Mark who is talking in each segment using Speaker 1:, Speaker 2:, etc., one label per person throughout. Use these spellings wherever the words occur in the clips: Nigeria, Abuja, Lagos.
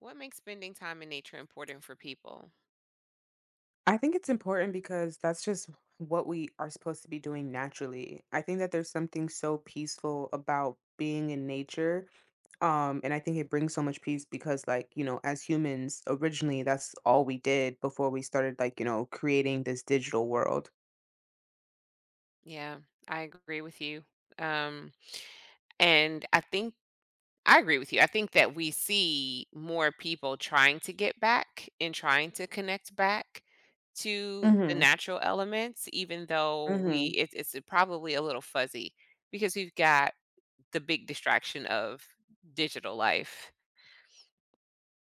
Speaker 1: What makes spending time in nature important for people?
Speaker 2: I think it's important because that's just what we are supposed to be doing naturally. I think that there's something so peaceful about being in nature. And I think it brings so much peace because, like, as humans, originally that's all we did before we started, like, creating this digital world.
Speaker 1: Yeah, I agree with you. Um, and I think I agree with you. I think that we see more people trying to get back and trying to connect back to the
Speaker 2: Mm
Speaker 1: natural elements, even though
Speaker 2: hmm.
Speaker 1: we
Speaker 2: Mm
Speaker 1: it, it's probably a little fuzzy because we've got the big distraction of digital life.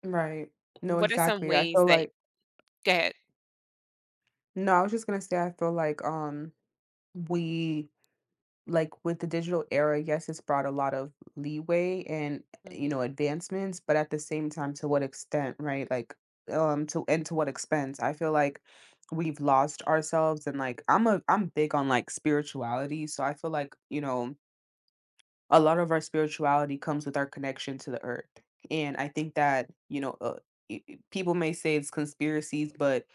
Speaker 2: hmm. Right. No,
Speaker 1: What are some
Speaker 2: exactly. I
Speaker 1: ways
Speaker 2: feel
Speaker 1: that
Speaker 2: like,
Speaker 1: get?
Speaker 2: no, I was just going to say, I feel like we like with the digital era, yes, it's brought a lot of leeway and advancements, but at the same time, to what extent, right? Like, to and to what expense? I feel like we've lost ourselves, and like I'm big on like spirituality, so I feel like a lot of our spirituality comes with our connection to the earth. And I think that, people may say it's conspiracies, but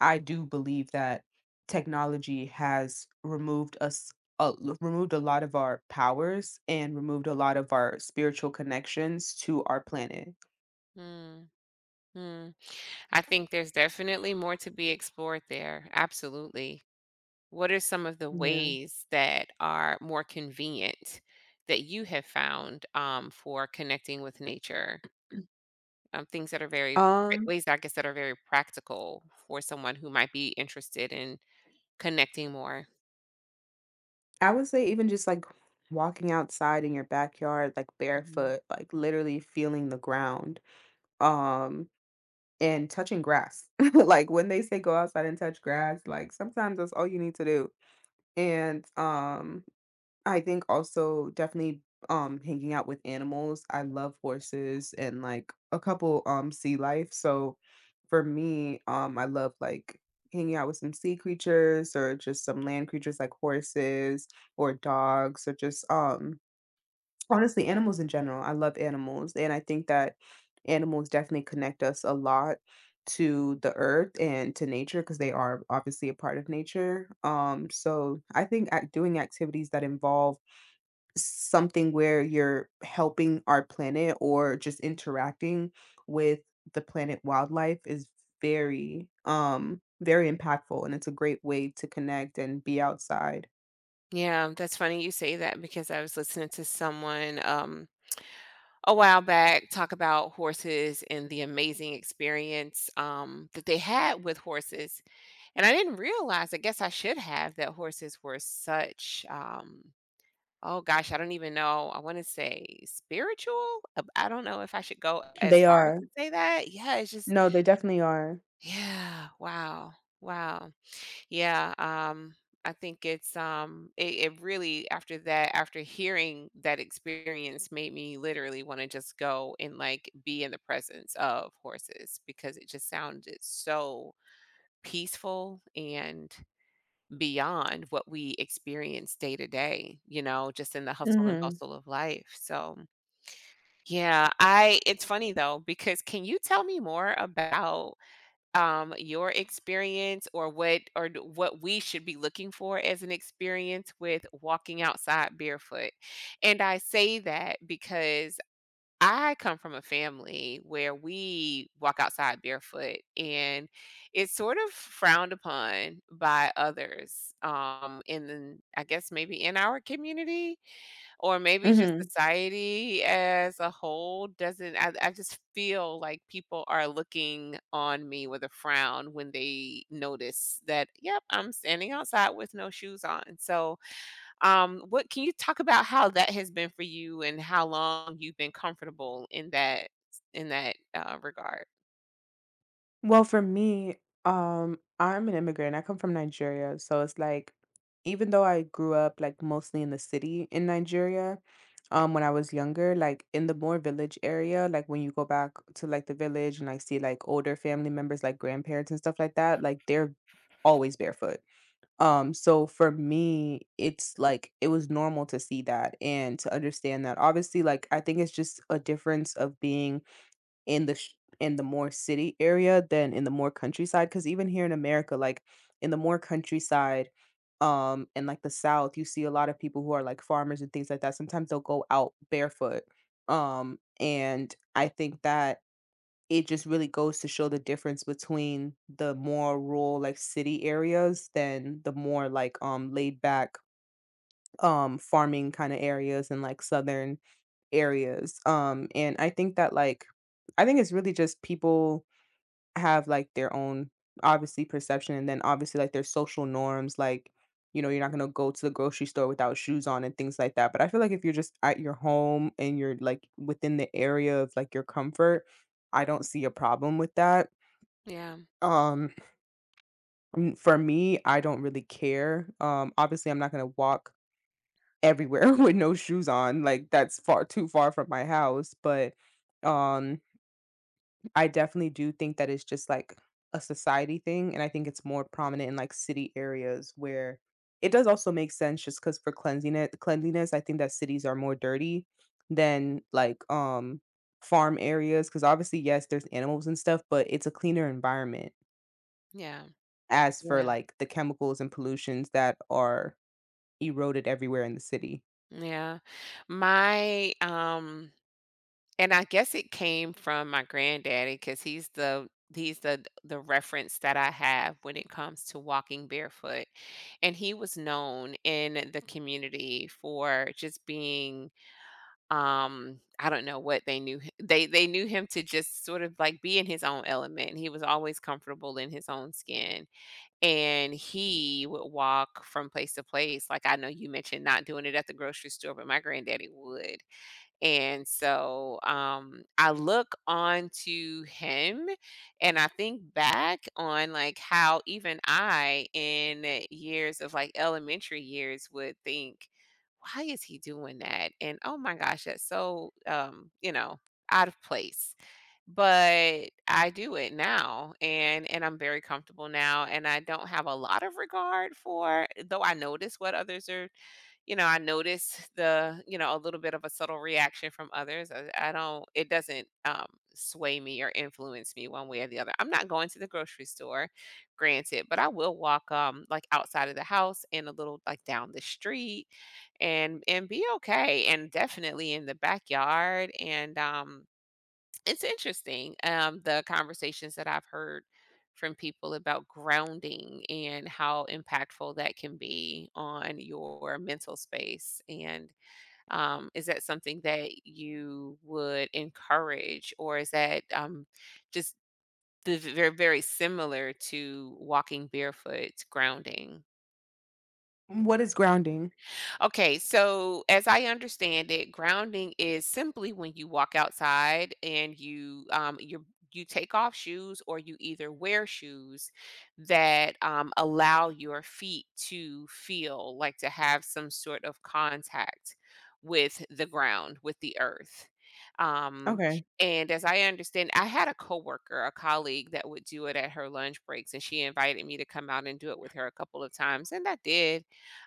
Speaker 2: I do believe that technology has removed us, removed a lot of our powers and removed a lot of our spiritual connections to our planet.
Speaker 1: I think there's definitely more to be explored there. Absolutely. What are some of the
Speaker 2: Yeah.
Speaker 1: ways that are more convenient that you have found for connecting with nature? Things that are very
Speaker 2: Um,
Speaker 1: ways, I guess, that are very practical for someone who might be interested in connecting more.
Speaker 2: I would say even just like walking outside in your backyard, like
Speaker 1: Mhm.
Speaker 2: barefoot, like literally feeling the ground. Um, And touching grass. Like, when they say go outside and touch grass, like, sometimes that's all you need to do. And, um, I think also definitely, hanging out with animals. I love horses and, like, a couple, sea life. So, for me, I love, like, hanging out with some sea creatures or just some land creatures like horses or dogs or just, honestly, animals in general. I love animals, and I think that animals definitely connect us a lot to the earth and to nature because they are obviously a part of nature. So I think doing activities that involve something where you're helping our planet or just interacting with the planet wildlife is very very impactful, and it's a great way to connect and be outside.
Speaker 1: Yeah, that's funny you say that because I was listening to someone a while back talk about horses and the amazing experience that they had with horses. And I didn't realize, I guess I should have, that horses were such, oh gosh, I don't even know. I want to say spiritual. I don't know if I should go as
Speaker 2: They
Speaker 1: far as
Speaker 2: are.
Speaker 1: to say that. Yeah, it's just,
Speaker 2: No, they definitely are.
Speaker 1: yeah, wow, wow. Yeah, I think it's, it really, after that, after hearing that experience, made me literally want to just go and like be in the presence of horses because it just sounded so peaceful and beyond what we experience day to day, you know, just in the hustle and
Speaker 2: Mhm,
Speaker 1: bustle of life. So, yeah, I it's funny though because can you tell me more about your experience or what or what we should be looking for as an experience with walking outside barefoot? And I say that because I come from a family where we walk outside barefoot, and it's sort of frowned upon by others, in the I guess maybe in our community or maybe just
Speaker 2: mhm.
Speaker 1: society as a whole doesn't I just feel like people are looking on me with a frown when they notice that, yep, I'm standing outside with no shoes on. So what can you talk about how that has been for you and how long you've been comfortable in that, regard?
Speaker 2: Well, for me, I'm an immigrant, I come from Nigeria, so it's like even though I grew up, like, mostly in the city in Nigeria, when I was younger, like, in the more village area, like, when you go back to, like, the village and I see, like, older family members, like grandparents and stuff like that, like, they're always barefoot. So for me, it's like it was normal to see that and to understand that. Obviously, like I think it's just a difference of being in the sh- in the more city area than in the more countryside. Because even here in America, like in the more countryside, and like the South, you see a lot of people who are like farmers and things like that. Sometimes they'll go out barefoot. Um, and I think that it just really goes to show the difference between the more rural, like, city areas than the more, like, laid back, farming kinda areas and, like, southern areas, and I think that, like I think it's really just people have, like, their own, obviously, perception and then, obviously, like, their social norms, like, you're not gonna go to the grocery store without shoes on and things like that, but I feel like if you're just at your home and you're, like, within the area of, like, your comfort, I don't see a problem with that.
Speaker 1: Yeah,
Speaker 2: Um, for me, I don't really care. Obviously, I'm not gonna walk everywhere with no shoes on. Like that's far too far from my house. But um, I definitely do think that it's just like a society thing, and I think it's more prominent in like city areas where it does also make sense just because for cleanliness, I think that cities are more dirty than like farm areas because obviously yes there's animals and stuff but it's a cleaner environment.
Speaker 1: yeah,
Speaker 2: As for,
Speaker 1: yeah,
Speaker 2: like, the chemicals and pollutions that are eroded everywhere in the city.
Speaker 1: yeah. My, and I guess it came from my granddaddy because he's the he's the reference that I have when it comes to walking barefoot, and he was known in the community for just being. I don't know what they knew hi they knew him to just sort of, like, be in his own element. He was always comfortable in his own skin, and he would walk from place to place, like, I know you mentioned not doing it at the grocery store, but my granddaddy would. And so I look onto him, and I think back on like how even I, in years of like elementary years, would think, why is he doing that? And oh my gosh, that's so, you know, out of place. But I do it now, and I'm very comfortable now, and I don't have a lot of regard for though I notice what others are, you know, I notice a little bit of a subtle reaction from others. I don't it doesn't, sway me or influence me one way or the other. I'm not going to the grocery store, granted, but I will walk, like, outside of the house and a little, like, down the street and be okay, and definitely in the backyard, and it's interesting, the conversations that I've heard from people about grounding and how impactful that can be on your mental space, and, is that something that you would encourage, or is that, just the very, very similar to walking barefoot grounding?
Speaker 2: What is grounding?
Speaker 1: Okay, so as I understand it, grounding is simply when you walk outside and you you take off shoes or you either wear shoes that allow your feet to feel like to have some sort of contact with the ground, with the earth. Um,
Speaker 2: Okay.
Speaker 1: and as I understand, I had a coworker, a colleague that would do it at her lunch breaks, and she invited me to come out and do it with her a couple of times, and I did,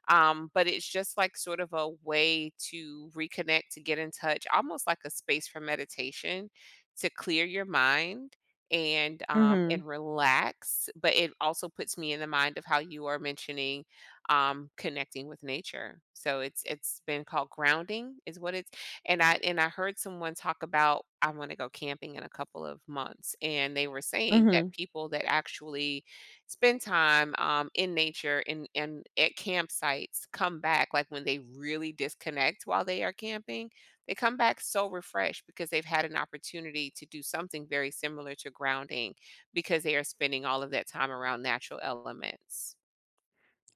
Speaker 1: but it's just like sort of a way to reconnect, to get in touch, almost like a space for meditation to clear your mind, and
Speaker 2: Mhm.
Speaker 1: and relax. But it also puts me in the mind of how you are mentioning, connecting with nature. So it's been called grounding is what it's, and I heard someone talk about I'm going to go camping in a couple of months, and they were saying that
Speaker 2: Mhm.
Speaker 1: people that actually spend time in nature and at campsites come back like when they really disconnect while they are camping, they come back so refreshed because they've had an opportunity to do something very similar to grounding because they are spending all of that time around natural elements.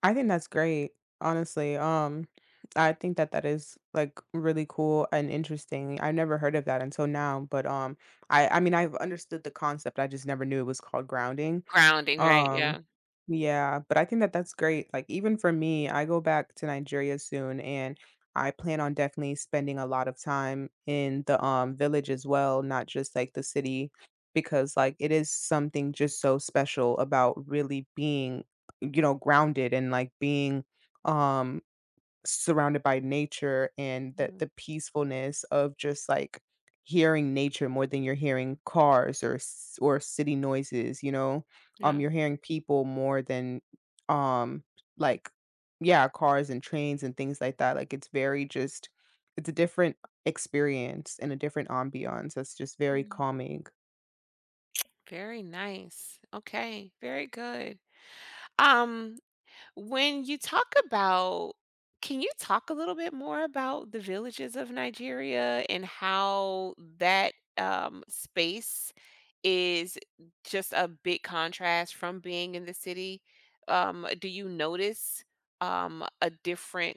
Speaker 2: I think that's great, honestly, I think that that is, like, really cool and interesting. I never heard of that until now, but, I mean, I've understood the concept, I just never knew it was called grounding.
Speaker 1: Grounding, right,
Speaker 2: Um,
Speaker 1: yeah.
Speaker 2: yeah, but I think that that's great. Like, even for me, I go back to Nigeria soon and I plan on definitely spending a lot of time in the village as well, not just like the city, because like it is something just so special about really being, grounded and like being um surrounded by nature, and that
Speaker 1: Mhm.
Speaker 2: the peacefulness of just like hearing nature more than you're hearing cars or or city noises, you know.
Speaker 1: Yeah.
Speaker 2: You're hearing people more than um like yeah, cars and trains and things like that. Like it's very just it's a different experience and a different ambiance that's just very
Speaker 1: Mhm.
Speaker 2: calming.
Speaker 1: Very nice. Okay, very good. um When you talk about, can you talk a little bit more about the villages of Nigeria and how that, space is just a big contrast from being in the city? Do you notice, a different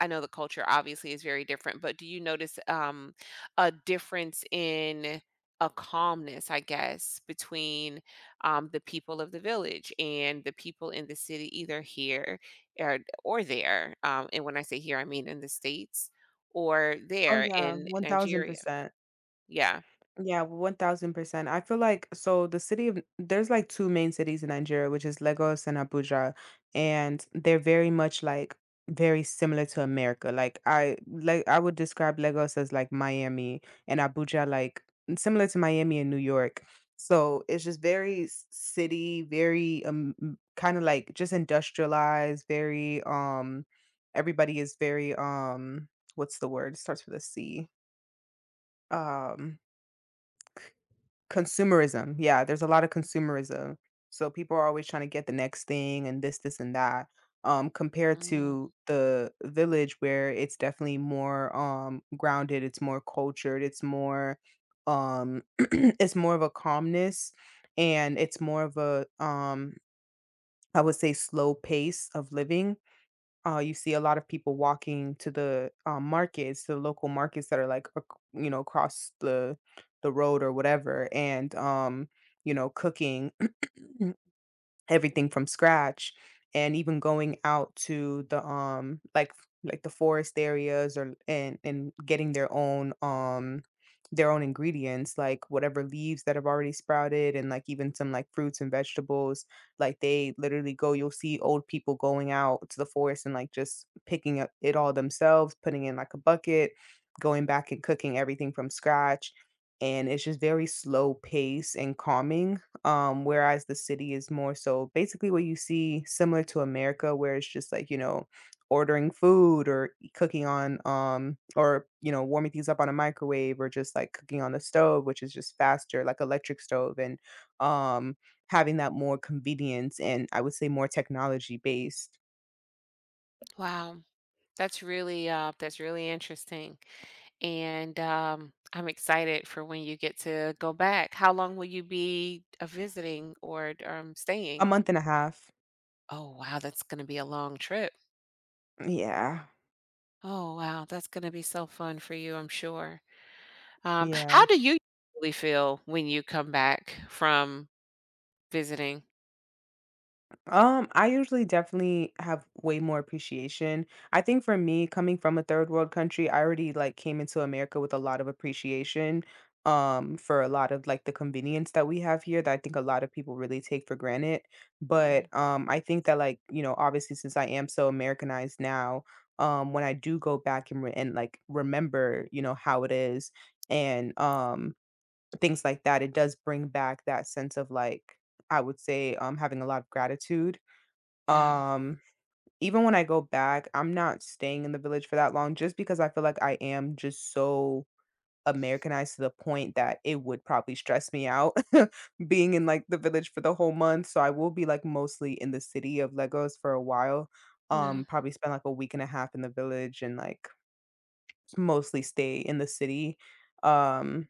Speaker 1: I know the culture obviously is very different, but do you notice, a difference in a calmness, I guess, between the people of the village and the people in the city, either here or, or there? And when I say here, I mean in the States or
Speaker 2: Oh
Speaker 1: there
Speaker 2: yeah,
Speaker 1: in Nigeria.
Speaker 2: 1000%.
Speaker 1: Yeah.
Speaker 2: Yeah, 1000%. I feel like so the city of there's like two main cities in Nigeria, which is Lagos and Abuja, and they're very much like very similar to America. Like I would describe Lagos as like Miami and Abuja like similar to Miami and New York. So it's just very city, very kind of like just industrialized, very everybody is very what's the word? It starts with a C. Um Consumerism, yeah, there's a lot of consumerism. So people are always trying to get the next thing and this, and that. Compared
Speaker 1: Mhm.
Speaker 2: to the village where it's definitely more grounded, it's more cultured, it's more it's more of a calmness and it's more of a I would say slow pace of living. You see a lot of people walking to the, markets, to the local markets that are, like, ac you know, across the road or whatever, and, cooking. Everything from scratch, and even going out to the like the forest areas or and getting their own ingredients, like whatever leaves that have already sprouted and like even some like fruits and vegetables. Like they literally go, you'll see old people going out to the forest and like just picking up it all themselves, putting in like a bucket, going back and cooking everything from scratch. And it's just very slow pace and calming. Whereas the city is more so basically what you see similar to America, where it's just like ordering food or cooking on or warming things up on a microwave or just like cooking on the stove, which is just faster like electric stove. And um having that more convenience, and I would say more technology based.
Speaker 1: Wow. That's really interesting. And I'm excited for when you get to go back. How long will you be visiting or
Speaker 2: A
Speaker 1: staying?
Speaker 2: month and a half.
Speaker 1: Oh, wow, that's going to be a long trip.
Speaker 2: Yeah.
Speaker 1: Oh, wow, that's going to be so fun for you, I'm sure.
Speaker 2: Yeah.
Speaker 1: How do you usually feel when you come back from visiting?
Speaker 2: I usually definitely have way more appreciation. I think for me, coming from a third world country, I already like came into America with a lot of appreciation for a lot of like the convenience that we have here that I think a lot of people really take for granted.
Speaker 1: Mhm.
Speaker 2: But I think that like, obviously since I am so Americanized now, when I do go back and and like remember, how it is and things like that, it does bring back that sense of like I would say having a lot of gratitude.
Speaker 1: Yeah.
Speaker 2: um, Even when I go back, I'm not staying in the village for that long just because I feel like I am just so Americanized to the point that it would probably stress me out being in like the village for the whole month. So I will be like mostly in the city of Legos for a while.
Speaker 1: Yeah.
Speaker 2: Probably spend like a week and a half in the village and like mostly stay in the city. Um,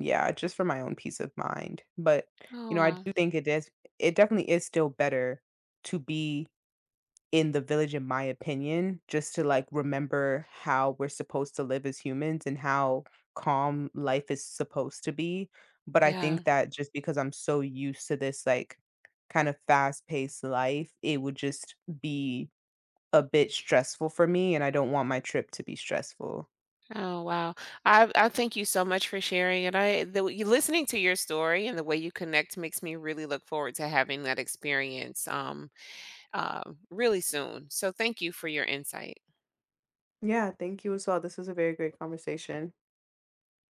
Speaker 2: yeah, just for my own peace of mind. But I
Speaker 1: Aw.
Speaker 2: do think it is, it definitely is still better to be in the village, in my opinion, just to like remember how we're supposed to live as humans and how calm life is supposed to be. But I
Speaker 1: Yeah.
Speaker 2: think that just because I'm so used to this like kind of fast paced life, it would just be a bit stressful for me. And I don't want my trip to be stressful.
Speaker 1: Oh, wow. I thank you so much for sharing, and I the you listening to your story and the way you connect makes me really look forward to having that experience, uh, really soon. So thank you for your insight.
Speaker 2: Yeah, thank you as well. This was a very great conversation.